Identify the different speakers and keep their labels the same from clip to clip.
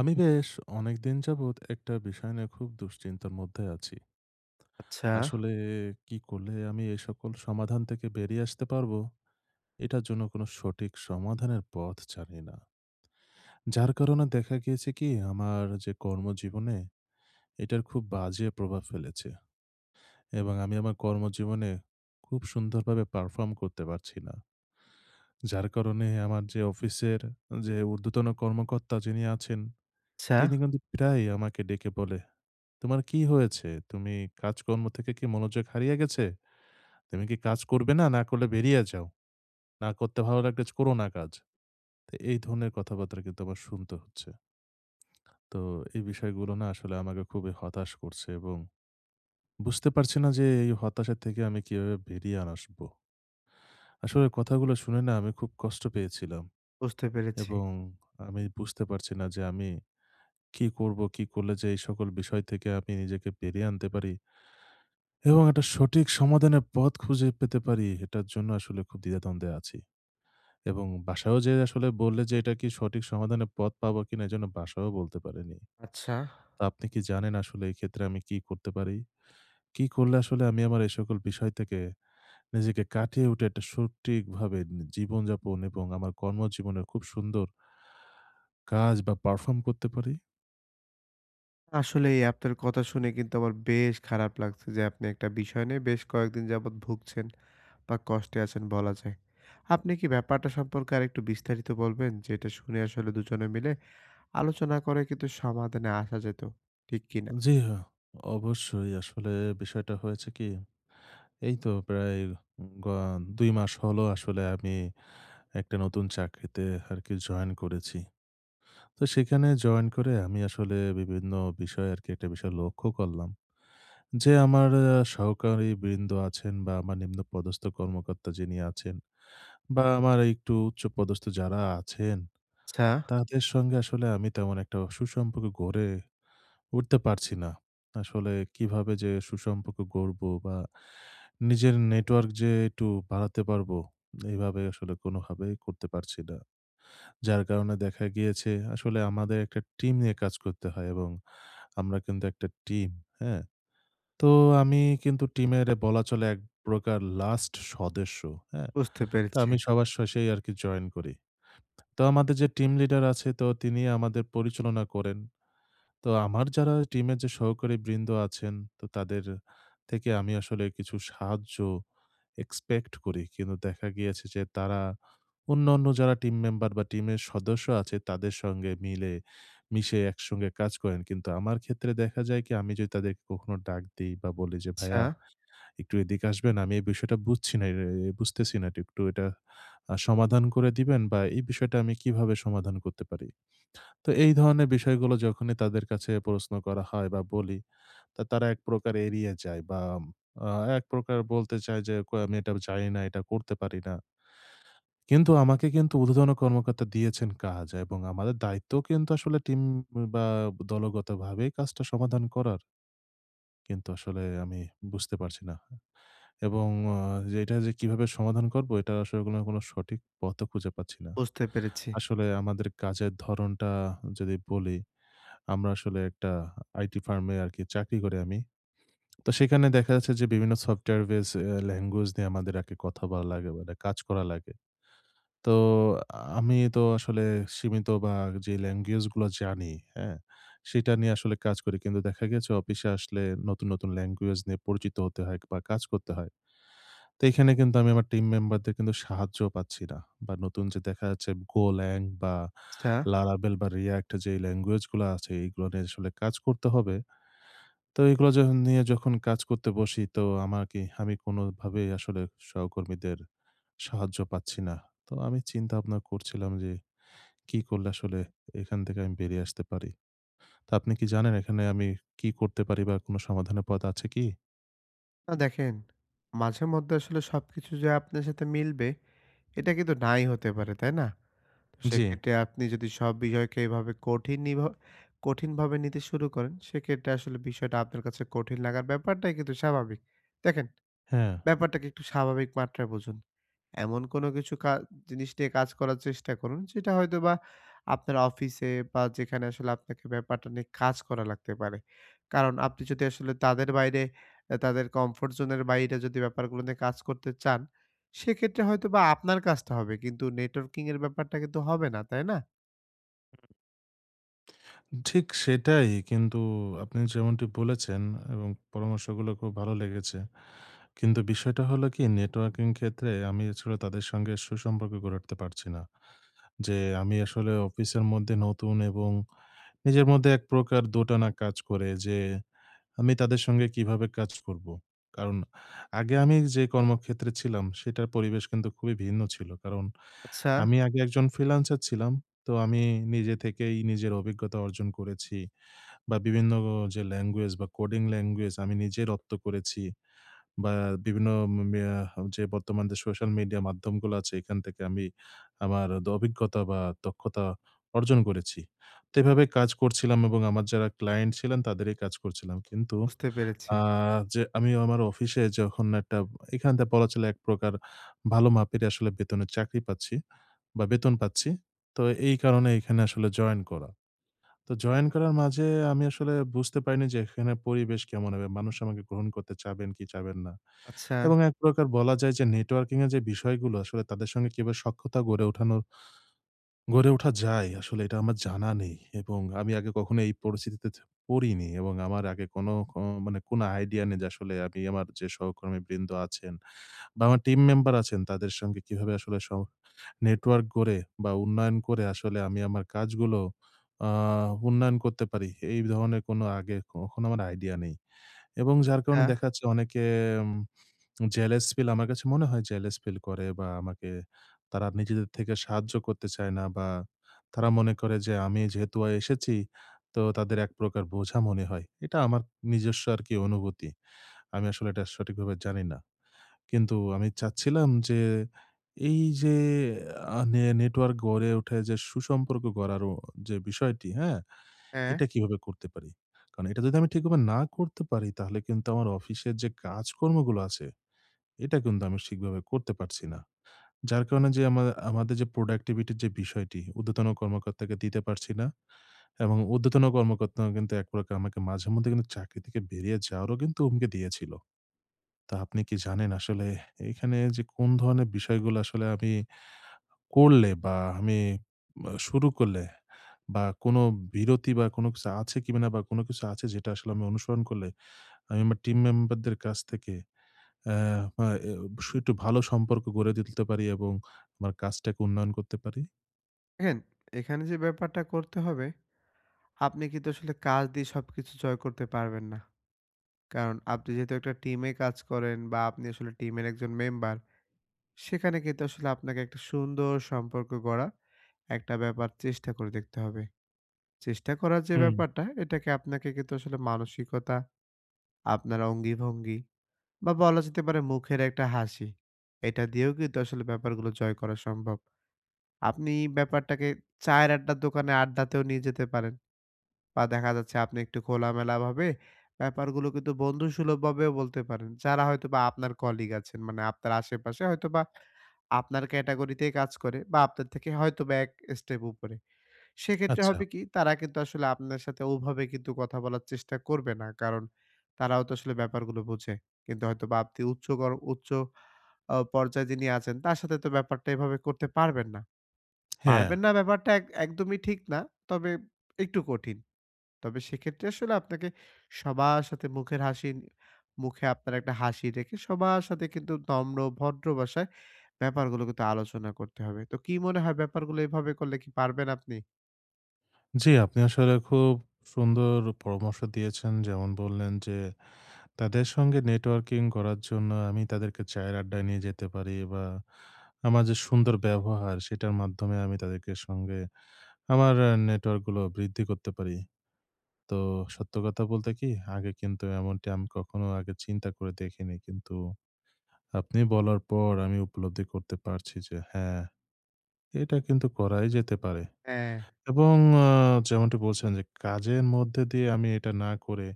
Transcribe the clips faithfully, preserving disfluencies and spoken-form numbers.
Speaker 1: আমি বেশ অনেকদিন যাবৎ একটা বিষয় নিয়ে খুব দুশ্চিন্তার মধ্যে আছি।
Speaker 2: আচ্ছা,
Speaker 1: আসলে কি করলে আমি এই সকল সমাধান থেকে বেরিয়ে আসতে পারবো? এটার জন্য কোনো সঠিক সমাধানের পথ জানি না। যার কারণে দেখা গিয়েছে কি আমার যে কর্মজীবনে এটার খুব বাজে প্রভাব ফেলেছে, এবং আমি আমার কর্মজীবনে খুব সুন্দরভাবে পারফর্ম করতে পারছি না। যার কারণে আমার যে অফিসের যে ঊর্ধ্বতন কর্মকর্তা যিনি আছেন,
Speaker 2: আচ্ছা,
Speaker 1: তিনি কিন্তু প্রায়ই আমাকে ডেকে বলে, তোমার কি হয়েছে? তুমি কাজকর্ম থেকে কি মনোযোগ হারিয়ে গেছে? তুমি কি কাজ করবে না? না করলে বেরিয়ে যাও। না করতে ভালো লাগলে করো না কাজ। তো এই ধরনের কথাবার্তা কিন্তু আমার শুনতে হচ্ছে। তো এই বিষয়গুলো না আসলে আমাকে খুবই হতাশ করছে, এবং বুঝতে পারছি না যে এই হতাশা থেকে আমি কিভাবে বেরিয়ে আন আসবো। আসলে কথাগুলো শুনে না আমি খুব কষ্ট পেয়েছিলাম,
Speaker 2: বুঝতে পেরেছি।
Speaker 1: এবং আমি বুঝতে পারছি না যে আমি কি করব? কি করলে যে এই সকল বিষয় থেকে আমি নিজেকে বেরিয়ে আনতে পারি? এবং একটা সঠিক সমাধানের পথ খুঁজে পেতে পারি, এটার জন্য আসলে খুব দ্বিধাদ্বন্দ্বে আছি। এবং বাসায়ও যেয়ে আসলে বললে যে এটা কি সঠিক সমাধানের পথ পাবো কিনা, এজন্য বাসায়ও বলতে পারেনি।
Speaker 2: আচ্ছা,
Speaker 1: তো আপনি কি জানেন আসলে এক্ষেত্রে আমি কি করতে পারি? কি করলে আসলে আমি আমার এই সকল বিষয় থেকে নিজেকে কাটিয়ে উঠে একটা সঠিকভাবে নি জীবনযাপন, এবং আমার কর্মজীবনে খুব সুন্দর কাজ বা পারফর্ম করতে পারি?
Speaker 2: আসলেই আপনার কথা শুনে কিন্তু আমার বেশ খারাপ লাগছে যে আপনি একটা বিষয় নিয়ে বেশ কয়েকদিন যাবৎ ভুগছেন বা কষ্টে আছেন বলা যায়। আপনি কি ব্যাপারটা সম্পর্কে আরেকটু বিস্তারিত বলবেন? যেটা শুনে আসলে দুজনে মিলে আলোচনা করে কিন্তু সমাধানে আসা যেত। ঠিক কি না?
Speaker 1: জি হ্যাঁ, অবশ্যই আসলে বিষয়টা হয়েছে কি, এই তো প্রায় গ দুই মাস হলো আসলে আমি একটা নতুন চাকরিতে আরকি জয়েন করেছি। তো সেখানে জয়েন করে আমি আসলে বিভিন্ন বিষয়ে আরকি একটা বিষয় লক্ষ্য করলাম। যে আমার আ সহকারীবৃন্দ আছেন বা আমার নিম্নপদস্থ কর্মকর্তা যিনি আছেন বা আমার একটু উচ্চপদস্থ যারা আছেন,
Speaker 2: আচ্ছা,
Speaker 1: তাদের সঙ্গে আসলে আমি তেমন একটা সুসম্পর্ক গড়ে উঠতে পারছি না। আসলে কিভাবে যে সুসম্পর্ক গড়বো বা নিজের নেটওয়ার্ক যে একটু বাড়াতে পারবো, এভাবে আসলে কোনোভাবেই করতে পারছি না। যার কারণে দেখা গিয়েছে আসলে আমাদের একটা টিম নিয়ে কাজ করতে হয়, এবং আমরা কিন্তু একটা টিম, হ্যাঁ? তো আমি কিন্তু টিমের বলা চলে এক প্রকার লাস্ট সদস্য, হ্যাঁ?
Speaker 2: বুঝতে
Speaker 1: তো
Speaker 2: পেরেছি।
Speaker 1: আমি সবার শেষেই আরকি জয়েন করি। তো আমাদের যে টিম লিডার আছে, তো তিনি আমাদের পরিচালনা করেন। তো আমার যারা টিমের যে সহকারী বৃন্দ আছেন, তো তাদের থেকে আমি আসলে কিছু সাহায্য এক্সপেক্ট করি। কিন্তু দেখা গিয়েছে যে তারা অন্যান্য যারা টিম মেম্বার বা টিমের সদস্য আছে তাদের সঙ্গে মিলে মিশে একসঙ্গে কাজ করেন। কিন্তু আমার ক্ষেত্রে দেখা যায় কি, আমি যদি তাদেরকে কখনো ডাক দেই বা বলি যে,
Speaker 2: আচ্ছা,
Speaker 1: "ভাইয়া, একটু এদিকে আসবেন। আমি এই বিষয়টা বুঝছি না, এ বুঝতেছি না। একটু এটা আ সমাধান করে দিবেন বা এই বিষয়টা আমি কিভাবে সমাধান করতে পারি?" তো এই ধরনের বিষয়গুলো যখনই তাদের কাছে প্রশ্ন করা হয় বা বলি, তা তারা এক প্রকার এড়িয়ে যায় বা আ এক প্রকার বলতে চায় যে, "কই আমি এটা জানি না, এটা করতে পারি না।" কিন্তু আমাকে কিন্তু ঊর্ধ্বতন কর্মকর্তা দিয়েছেন কাজ, এবং আমাদের দায়িত্ব কিন্তু আসলে টিম বা দলগতভাবেই কাজটা সমাধান করার। কিন্তু আসলে আমি বুঝতে পারছি না, এবং আ যে এটা যে কিভাবে সমাধান করব, এটার আসলে কোনো, কোনো সঠিক পথও খুঁজে পাচ্ছি না।
Speaker 2: বুঝতে পেরেছি।
Speaker 1: আসলে আমাদের কাজের ধরনটা যদি বলি, আমরা আসলে একটা আইটি ফার্মে আরকি চাকরি করি আমি। তো সেখানে দেখা যাচ্ছে যে বিভিন্ন সফটওয়্যার বেস এ ল্যাঙ্গুয়েজ নিয়ে আমাদের আরকি কথা বলা লাগে, মানে কাজ করা লাগে। তো আমি তো আসলে সীমিত বা যে ল্যাঙ্গুয়েজ গুলো জানি, হ্যাঁ? সেটা নিয়ে আসলে কাজ করি। কিন্তু দেখা গেছে অফিসে আসলে নতুন, নতুন ল্যাঙ্গুয়েজ নিয়ে পরিচিত হতে হয় বা কাজ করতে হয়। তো এখানে কিন্তু আমি আমার টিম মেম্বারদের কিন্তু সাহায্য পাচ্ছি না। বা নতুন যে দেখা যাচ্ছে Golang বা
Speaker 2: আচ্ছা,
Speaker 1: Laravel বা React যে ল্যাঙ্গুয়েজ গুলো আছে, এগুলো নিয়ে আসলে কাজ করতে হবে। তো এগুলো যখন নিয়ে যখন কাজ করতে বসি, তো আমাকে আমি কোনোভাবেই আসলে সহকর্মীদের সাহায্য পাচ্ছি না। তো আমি চিন্তা ভাবনা করছিলাম যে কি করলে আসলে এখান থেকে আমি বেরিয়ে আসতে পারি। তো আপনি কি জানেন এখানে আমি কি করতে পারি বা কোনো সমাধানের পথ আছে কি?
Speaker 2: না দেখেন, মাঝে মধ্যে আসলে সবকিছু যে আপনার সাথে মিলবে, এটা কিন্তু নাই হতে পারে, তাই না? তো
Speaker 1: জি।
Speaker 2: সেক্ষেত্রে আপনি যদি সব বিষয়কে এভাবে কঠিন নিভা কঠিনভাবে নিতে শুরু করেন, সেক্ষেত্রে আসলে বিষয়টা আপনার কাছে কঠিন লাগার ব্যাপারটাই কিন্তু স্বাভাবিক। দেখেন,
Speaker 1: হ্যাঁ,
Speaker 2: ব্যাপারটাকে একটু স্বাভাবিক মাত্রায় বুঝুন। এমন কোনো কিছু কা জিনিস নিয়ে কাজ করার চেষ্টা করুন, যেটা হয়তোবা আপনার অফিসে বা যেখানে আসলে আপনাকে ব্যাপারটা নিয়ে কাজ করা লাগতে পারে। কারণ আপনি যদি আসলে তাদের বাইরে আ তাদের কমফোর্ট জোনের বাইরে যদি ব্যাপারগুলো নিয়ে কাজ করতে চান, সেক্ষেত্রে হয়তোবা আপনার কাজটা হবে। কিন্তু নেটওয়ার্কিং এর ব্যাপারটা কিন্তু হবে না, তাই না?
Speaker 1: ঠিক সেটাই। কিন্তু আপনি যেমনটি বলেছেন, এবং পরামর্শগুলো খুব ভালো লেগেছে। কিন্তু বিষয়টা হলো কি, নেটওয়ার্কিং ক্ষেত্রে আমি আসলে তাদের সঙ্গে সুসম্পর্ক গড়ে উঠতে পারছি না। যে আমি আসলে অফিসের মধ্যে নতুন, এবং নিজের মধ্যে এক প্রকার দোটানা কাজ করে যে আমি তাদের সঙ্গে কিভাবে কাজ করব। কারণ আগে আমি যে কর্মক্ষেত্রে ছিলাম সেটার পরিবেশ কিন্তু খুবই ভিন্ন ছিল। কারণ
Speaker 2: আচ্ছা,
Speaker 1: আমি আগে একজন ফ্রিল্যান্সার ছিলাম। তো আমি নিজে থেকেই নিজের অভিজ্ঞতা অর্জন করেছি বা বিভিন্ন যে ল্যাঙ্গুয়েজ বা কোডিং ল্যাঙ্গুয়েজ আমি নিজে রপ্ত করেছি। বা বিভিন্ন মিয়া যে বর্তমান যে সোশ্যাল মিডিয়া মাধ্যমগুলো আছে এখান থেকে আমি আমার দ অভিজ্ঞতা বা দক্ষতা অর্জন করেছি। তো এভাবে কাজ করছিলাম, এবং আমার যারা ক্লায়েন্ট ছিলেন তাদেরই কাজ করছিলাম। কিন্তু
Speaker 2: বুঝতে পেরেছি।
Speaker 1: আ যে আমি আমার অফিসে যখন একটা এখান থেকে বলা চলে এক প্রকার ভালো মাপের আসলে বেতনের চাকরি পাচ্ছি বা বেতন পাচ্ছি। তো এই কারণে এখানে আসলে জয়েন করা। তো জয়েন করার মাঝে আমি আসলে বুঝতে পারিনি যে এখানে পরিবেশ কেমন হবে? মানুষ আমাকে গ্রহণ করতে চাবেন কি চাবেন না?
Speaker 2: আচ্ছা,
Speaker 1: এবং এক প্রকার বলা যায় যে নেটওয়ার্কিং এর যে বিষয়গুলো আসলে তাদের সঙ্গে কিভাবে সখ্যতা গড়ে ওঠানোর গড়ে ওঠা যায়, আসলে এটা আমার জানা নেই, এবং আমি আগে কখনো এই পরিস্থিতিতে থ- পড়িনি, এবং আমার আগে কোনো ক- মানে কোনো আইডিয়া নেই যে আসলে আমি আমার যে সহকর্মী বৃন্দ আছেন বা আমার টিম মেম্বার আছেন, তাদের সঙ্গে কিভাবে আসলে নেটওয়ার্ক গড়ে বা উন্নয়ন করে আসলে আমি আমার কাজগুলো আহ, উন্নয়ন করতে পারি, এই ধরনের কোনো আগে কখনো আমার আইডিয়া নেই, এবং যার কারণে
Speaker 2: হ্যাঁ,
Speaker 1: দেখা যাচ্ছে অনেকে জেলাস ফিল, আমার কাছে মনে হয় জেলাস ফিল করে, বা আমাকে তারা নিজেদের থেকে সাহায্য করতে চায় না, বা তারা মনে করে যে আমি যেহেতু এসেছি, তো তাদের এক প্রকার বোঝা মনে হয়। এটা আমার নিজস্ব আরকি অনুভূতি। আমি আসলে এটা সঠিকভাবে জানি না। কিন্তু আমি চাচ্ছিলাম যে এই যে আ নে নেটওয়ার্ক গড়ে ওঠে যে সুসম্পর্ক গড়ারও যে বিষয়টি, হ্যাঁ?
Speaker 2: হ্যাঁ।
Speaker 1: এটা কিভাবে করতে পারি? কারণ এটা যদি আমি ঠিকভাবে না করতে পারি, তাহলে কিন্তু আমার অফিসের যে কাজকর্মগুলো আছে এটা কিন্তু আমি ঠিকভাবে করতে পারছি না। যার কারণে যে আমা আমাদের যে প্রোডাক্টিভিটির যে বিষয়টি ঊর্ধ্বতন কর্মকর্তাকে দিতে পারছি না, এবং ঊর্ধ্বতন কর্মকর্তা কিন্তু এক প্রকার আমাকে মাঝেমধ্যে কিন্তু চাকরি থেকে বেরিয়ে যাওয়ারও কিন্তু হুমকি দিয়েছিল। তা আপনি কি জানেন আসলে এখানে যে কোন ধরনের বিষয়গুলো আসলে আমি করলে বা আমি আ শুরু করলে বা কোনো বিরতি বা কোনো কিছু আছে কিনা, বা কোনো কিছু আছে যেটা আসলে আমি অনুসরণ করলে আমি আমার টিম মেম্বারদের কাছ থেকে অ্যা আ এ অবশ্যই একটু ভালো সম্পর্ক গড়ে তুলতে পারি, এবং আমার কাজটাকে উন্নয়ন করতে পারি।
Speaker 2: দেখেন, এখানে যে ব্যাপারটা করতে হবে, আপনি কিন্তু আসলে কাজ দিয়ে সবকিছু জয় করতে পারবেন না। কারণ আপনি যেহেতু একটা টিমে কাজ করেন বা আপনি আসলে টিমের একজন মেম্বার, সেখানে কিন্তু আসলে আপনাকে একটা সুন্দর সম্পর্ক গড়া একটা ব্যাপার চেষ্টা করে দেখতে হবে। চেষ্টা করার যে
Speaker 1: হুম।
Speaker 2: ব্যাপারটা, এটাকে আপনাকে কিন্তু আসলে মানসিকতা, আপনার অঙ্গিভঙ্গি বা বলা যেতে পারে মুখের একটা হাসি, এটা দিয়েও কিন্তু আসলে ব্যাপারগুলো জয় করা সম্ভব। আপনি ব্যাপারটাকে চায়ের আড্ডার দোকানে আড্ডাতেও নিয়ে যেতে পারেন। বা দেখা যাচ্ছে আপনি একটু খোলামেলাভাবে ব্যাপারগুলো কিন্তু বন্ধুসুলভভাবেও বলতে পারেন। যারা হয়তোবা আপনার কলিগ আছেন, মানে আপনার আশেপাশে হয়তোবা আপনার ক্যাটেগরিতেই কাজ করে বা আপনার থেকে হয়তোবা এক স্টেপ উপরে। সেক্ষেত্রে
Speaker 1: আচ্ছা,
Speaker 2: হবে কি? তারা কিন্তু আসলে আপনার সাথে ওভাবে কিন্তু কথা বলার চেষ্টা করবে না। কারণ তারাও তো আসলে ব্যাপারগুলো বোঝে। কিন্তু হয়তোবা আপনি উচ্চকর উচ্চ আ পর্যায়ে যিনি আছেন, তার সাথে তো ব্যাপারটা এভাবে করতে পারবেন না।
Speaker 1: হ্যাঁ।
Speaker 2: পারবেন না ব্যাপারটা এক একদমই ঠিক না। তবে একটু কঠিন। তবে সেক্ষেত্রে আসলে আপনাকে সবার সাথে মুখের হাসি মুখে আপনার একটা হাসি রেখে সবার সাথে কিন্তু নম্র ভদ্র ভাষায় ব্যাপারগুলো কিন্তু আলোচনা করতে হবে। তো কি মনে হয় ব্যাপারগুলো এভাবে করলে কি পারবেন আপনি?
Speaker 1: জি, আপনি আসলে খুব সুন্দর পরামর্শ দিয়েছেন। যেমন বললেন যে, তাদের সঙ্গে নেটওয়ার্কিং করার জন্য আমি তাদেরকে চায়ের আড্ডায় নিয়ে যেতে পারি, বা আমার যে সুন্দর ব্যবহার সেটার মাধ্যমে আমি তাদেরকে সঙ্গে আমার আ নেটওয়ার্কগুলো বৃদ্ধি করতে পারি। তো সত্য কথা বলতে কি, আগে কিন্তু এমনটি আমি কখনো আগে চিন্তা করে দেখিনি। কিন্তু আপনি বলার পর আমি উপলব্ধি করতে পারছি যে হ্যাঁ, এটা কিন্তু করাই যেতে পারে।
Speaker 2: হ্যাঁ,
Speaker 1: এবং আ যেমনটি বলছেন যে কাজের মধ্যে দিয়ে আমি এটা না করে,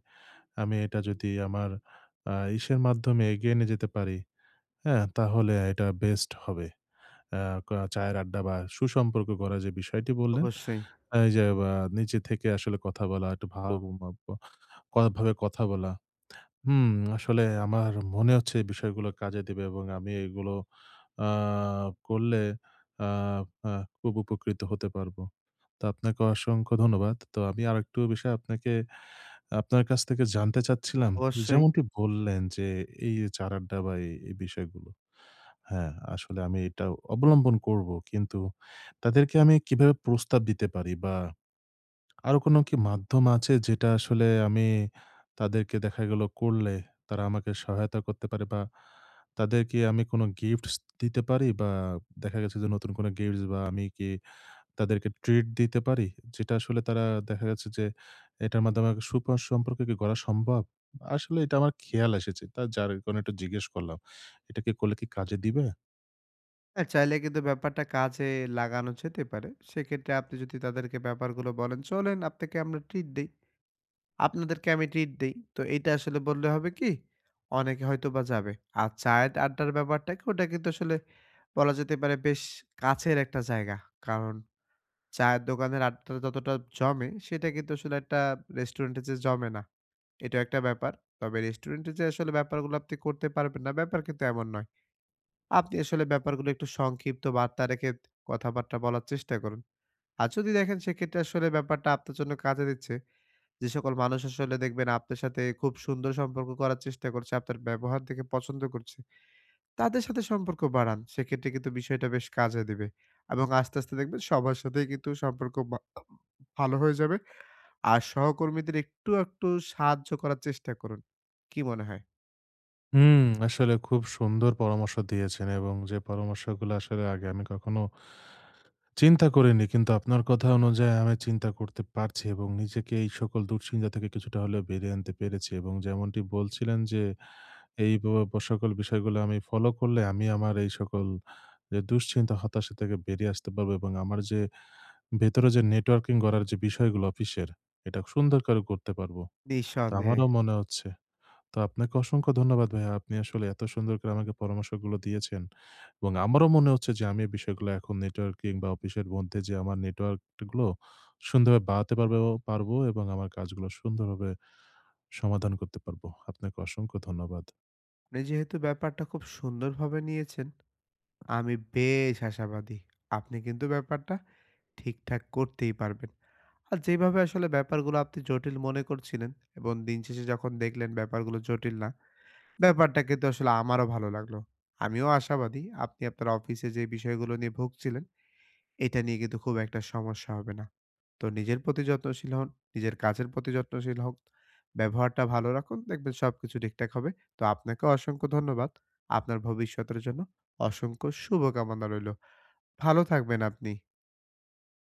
Speaker 1: আমি এটা যদি আমার আ ইসের মাধ্যমে এগিয়ে নিয়ে যেতে পারি, হ্যাঁ? তাহলে এটা বেস্ট হবে। আ কা চায়ের আড্ডা বা সুসম্পর্ক করার যে বিষয়টি বললেন,
Speaker 2: অবশ্যই।
Speaker 1: এই যে বা নিচে থেকে আসলে কথা বলা, একটু ভালো ভাবে কথা বলা, হুম, আসলে আমার মনে হচ্ছে এই বিষয়গুলো কাজে দিবে, এবং আমি এগুলো আ করলে আ আ খুব উপকৃত হতে পারবো। তো আপনাকে অসংখ্য ধন্যবাদ। তো আমি আরেকটু বিষয় আপনাকে, আপনার কাছ থেকে জানতে চাচ্ছিলাম যে
Speaker 2: অবশ্যই।
Speaker 1: যেমনটি বললেন যে এই যে চার আড্ডা বা এই, এই বিষয়গুলো। হ্যাঁ, আসলে আমি এটা অবলম্বন করব। কিন্তু তাদেরকে আমি কিভাবে প্রস্তাব দিতে পারি, বা আরো কোনো কি মাধ্যম আছে যেটা আসলে আমি তাদেরকে দেখা গেল করলে তারা আমাকে সহায়তা করতে পারে, বা তাদেরকে আমি কোনো গিফটস দিতে পারি, বা দেখা গেছে যে নতুন কোনো গিফটস বা আমি কি তাদেরকে ট্রিট দিতে পারি? যেটা আসলে তারা, দেখা গেছে যে এটার মাধ্যমে আমাকে সুপ সম্পর্ক কি গড়া সম্ভব? আসলে এটা আমার খেয়াল এসেছে। তা যার কারণে একটু জিজ্ঞেস করলাম। এটা কি করলে কি কাজে দিবে?
Speaker 2: হ্যাঁ, চাইলে কিন্তু ব্যাপারটা কাজে লাগানো যেতে পারে। সেক্ষেত্রে আপনি যদি তাদেরকে ব্যাপারগুলো বলেন, "চলেন আপনাকে আমরা ট্রিট দেই।" আপনাদেরকে আমি ট্রিট দেই। তো এইটা আসলে বললে হবে কি? অনেকে হয়তোবা যাবে। আর চায়ের আড্ডার ব্যাপারটা কি? ওটা কিন্তু আসলে বলা যেতে পারে বেশ কাছের একটা জায়গা। কারণ চায়ের দোকানের আড্ডাটা যতটা জমে, সেটা কিন্তু আসলে একটা রেস্টুরেন্টে যে জমে না, এটাও একটা ব্যাপার। তবে রেস্টুরেন্টে যে আসলে ব্যাপারগুলো আপনি করতে পারবেন না, ব্যাপার কিন্তু এমন নয়। আপনি আসলে ব্যাপারগুলো একটু সংক্ষিপ্ত বার্তা রেখে কথাবার্তা বলার চেষ্টা করুন। আর যদি দেখেন সেক্ষেত্রে আসলে ব্যাপারটা আপনার জন্য কাজে দিচ্ছে যে সকল মানুষ আসলে দেখবেন আপনার সাথে খুব সুন্দর সম্পর্ক করার চেষ্টা করছে, আপনার ব্যবহার দেখে পছন্দ করছে, তাদের সাথে সম্পর্ক বাড়ান। সেক্ষেত্রে কিন্তু বিষয়টা বেশ কাজে দিবে। এবং আস্তে, আস্তে দেখবেন সবার সাথেই কিন্তু সম্পর্ক বা ভালো হয়ে যাবে। আর সহকর্মীদের একটু, একটু সাহায্য করার চেষ্টা করুন। কি মনে হয়?
Speaker 1: হুম, আসলে খুব সুন্দর পরামর্শ দিয়েছেন, এবং যে পরামর্শগুলো আসলে আগে আমি কখনো চিন্তা করিনি, কিন্তু আপনার কথা অনুযায়ী আমি চিন্তা করতে পারছি, এবং নিজেকে এই সকল দুশ্চিন্তা থেকে কিছুটা হলেও বেরিয়ে আনতে পেরেছি, এবং যেমনটি বলছিলেন যে এই ব- ব- সকল বিষয়গুলো আমি ফলো করলে আমি আমার এই সকল যে দুশ্চিন্তা হতাশা থেকে বেরিয়ে আসতে পারবো, এবং আমার যে ভেতরে যে নেটওয়ার্কিং করার যে বিষয়গুলো অফিসের, এটা সুন্দর করে করতে পারবো, তো
Speaker 2: নিঃসন্দেহে।
Speaker 1: আমারও মনে হচ্ছে, তো আপনাকে অসংখ্য ধন্যবাদ ভাইয়া। আপনি আসলে এত সুন্দর করে আমাকে পরামর্শগুলো দিয়েছেন, এবং আমারও মনে হচ্ছে যে আমি এই বিষয়গুলো এখন নেটওয়ার্কিং বা অফিসের মধ্যে যে আমার নেটওয়ার্কগুলো সুন্দরভাবে বাড়াতে পারবে পারবো, এবং আমার কাজগুলো সুন্দরভাবে সমাধান করতে পারবো। আপনাকে অসংখ্য ধন্যবাদ।
Speaker 2: আপনি যেহেতু ব্যাপারটা খুব সুন্দরভাবে নিয়েছেন, আমি বেশ আশাবাদী। আপনি কিন্তু ব্যাপারটা ঠিকঠাক করতেই পারবেন। আর যেভাবে আসলে ব্যাপারগুলো আপনি জটিল মনে করছিলেন এবং দিন শেষে যখন দেখলেন ব্যাপারগুলো জটিল না, ব্যাপারটা কিন্তু আসলে আমারও ভালো লাগলো। আমিও আশাবাদী আপনি আপনার অফিসে যে বিষয়গুলো নিয়ে ভুগছিলেন, এটা নিয়ে কিন্তু খুব একটা সমস্যা হবে না। তো নিজের প্রতি যত্নশীল হন, নিজের কাজের প্রতি যত্নশীল হোন, ব্যবহারটা ভালো রাখুন, দেখবেন সবকিছু ঠিকঠাক হবে। তো আপনাকেও অসংখ্য ধন্যবাদ। আপনার ভবিষ্যতের জন্য অসংখ্য শুভকামনা রইলো। ভালো থাকবেন আপনি।